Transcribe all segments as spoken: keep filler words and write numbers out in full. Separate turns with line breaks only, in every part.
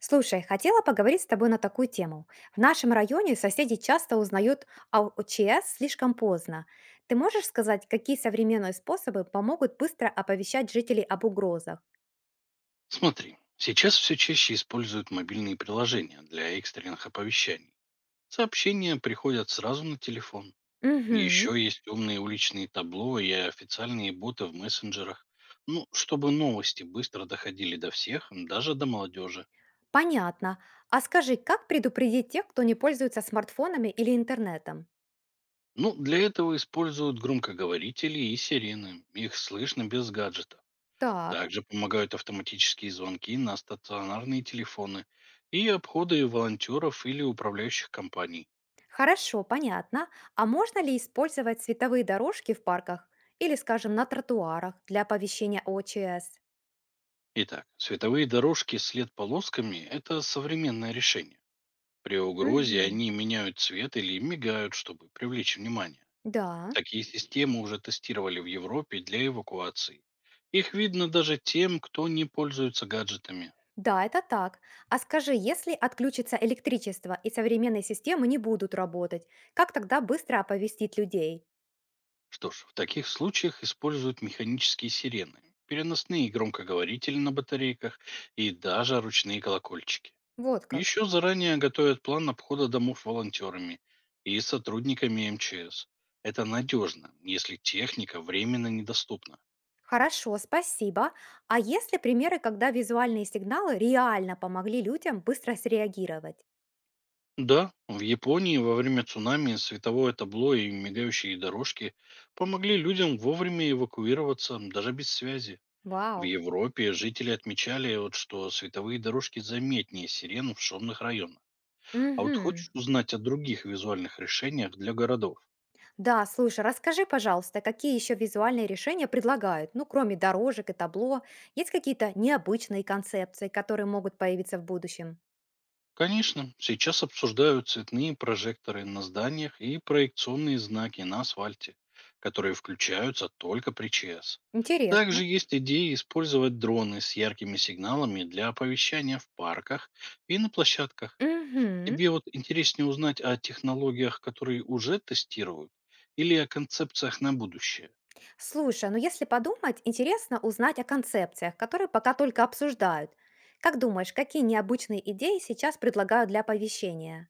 Слушай, хотела поговорить с тобой на такую тему. В нашем районе соседи часто узнают о ОЧС слишком поздно. Ты можешь сказать, какие современные способы помогут быстро оповещать жителей об угрозах?
Смотри, сейчас все чаще используют мобильные приложения для экстренных оповещаний. Сообщения приходят сразу на телефон.
Угу,
Еще есть умные уличные табло и официальные боты в мессенджерах. Ну, чтобы новости быстро доходили до всех, даже до молодежи.
понятно. А скажи, как предупредить тех, кто не пользуется смартфонами или интернетом?
Ну, для этого используют громкоговорители и сирены. Их слышно без гаджетов.
Так,
Также помогают автоматические звонки на стационарные телефоны и обходы волонтеров или управляющих компаний.
хорошо, понятно. А можно ли использовать световые дорожки в парках или, скажем, на тротуарах для оповещения о ОЧС?
Итак, световые дорожки след полосками– это современное решение. При угрозе
Угу,
они меняют цвет или мигают, чтобы привлечь внимание.
да.
Такие системы уже тестировали в Европе для эвакуации. Их видно даже тем, кто не пользуется гаджетами.
Да, это так. А скажи, если отключится электричество и современные системы не будут работать, как тогда быстро оповестить людей?
Что ж, в таких случаях используют механические сирены, переносные громкоговорители на батарейках и даже ручные колокольчики.
Вот как.
Еще заранее готовят план обхода домов волонтерами и сотрудниками МЧС. Это надежно, если техника временно недоступна.
Хорошо, спасибо. А есть ли примеры, когда визуальные сигналы реально помогли людям быстро среагировать?
Да, в Японии во время цунами световое табло и мигающие дорожки помогли людям вовремя эвакуироваться, даже без связи. В
Вау.
Европе жители отмечали, вот, что световые дорожки заметнее сирен в шумных районах. А вот
Угу.
хочешь узнать о других визуальных решениях для городов?
Да, слушай, расскажи, пожалуйста, какие еще визуальные решения предлагают? Ну, кроме дорожек и табло, есть какие-то необычные концепции, которые могут появиться в будущем?
Конечно, сейчас обсуждают цветные прожекторы на зданиях и проекционные знаки на асфальте, которые включаются только при ЧС.
Интересно.
Также есть идея использовать дроны с яркими сигналами для оповещания в парках и на площадках.
Угу.
Тебе вот интереснее узнать о технологиях, которые уже тестируют, или о концепциях на будущее.
Слушай, ну если подумать, интересно узнать о концепциях, которые пока только обсуждают. Как думаешь, какие необычные идеи сейчас предлагают для оповещения?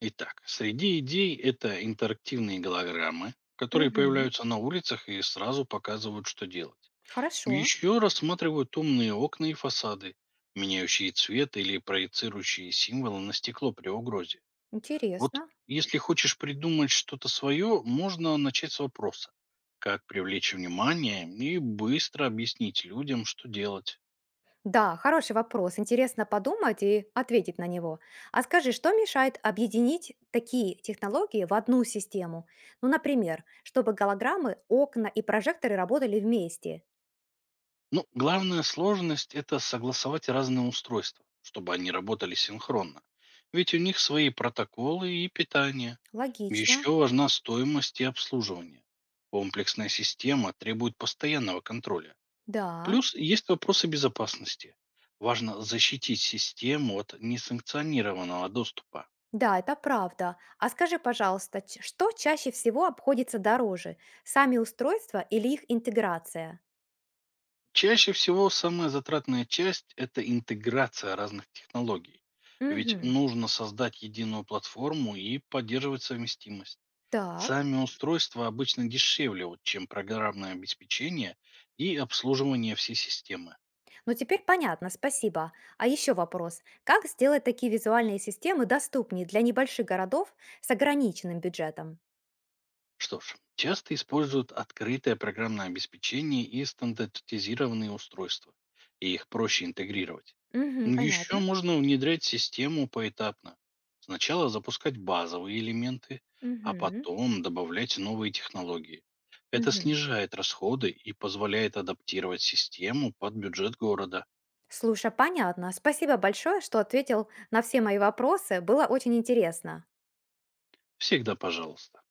Итак, среди идей это интерактивные голограммы, которые
Мгм.
появляются на улицах и сразу показывают, что делать.
Хорошо,
Еще рассматривают умные окна и фасады, меняющие цвет или проецирующие символы на стекло при угрозе. Вот,
интересно.
если хочешь придумать что-то свое, можно начать с вопроса. Как привлечь внимание и быстро объяснить людям, что делать.
Да, хороший вопрос. Интересно подумать и ответить на него. А скажи, что мешает объединить такие технологии в одну систему? Ну, например, чтобы голограммы, окна и прожекторы работали вместе.
Ну, главная сложность– это согласовать разные устройства, чтобы они работали синхронно. Ведь у них свои протоколы и питание.
Логично.
Еще важна стоимость и обслуживание. Комплексная система требует постоянного контроля.
Да.
Плюс есть вопросы безопасности. Важно защитить систему от несанкционированного доступа.
Да, это правда. А скажи, пожалуйста, ч- что чаще всего обходится дороже? Сами устройства или их интеграция?
Чаще всего самая затратная часть– это интеграция разных технологий. Ведь
Мгм.
нужно создать единую платформу и поддерживать совместимость.
Так,
Сами устройства обычно дешевле, вот, чем программное обеспечение и обслуживание всей системы.
ну теперь понятно, спасибо. А еще вопрос. Как сделать такие визуальные системы доступнее для небольших городов с ограниченным бюджетом?
Что ж, часто используют открытое программное обеспечение и стандартизированные устройства, и их проще интегрировать.
Мгм,
Ну, Еще
понятно.
можно внедрять систему поэтапно. Сначала запускать базовые элементы, а
Мгм,
потом добавлять новые технологии. Это
мгм.
снижает расходы и позволяет адаптировать систему под бюджет города.
Слушай, понятно. Спасибо большое, что ответил на все мои вопросы. Было очень интересно.
Всегда пожалуйста.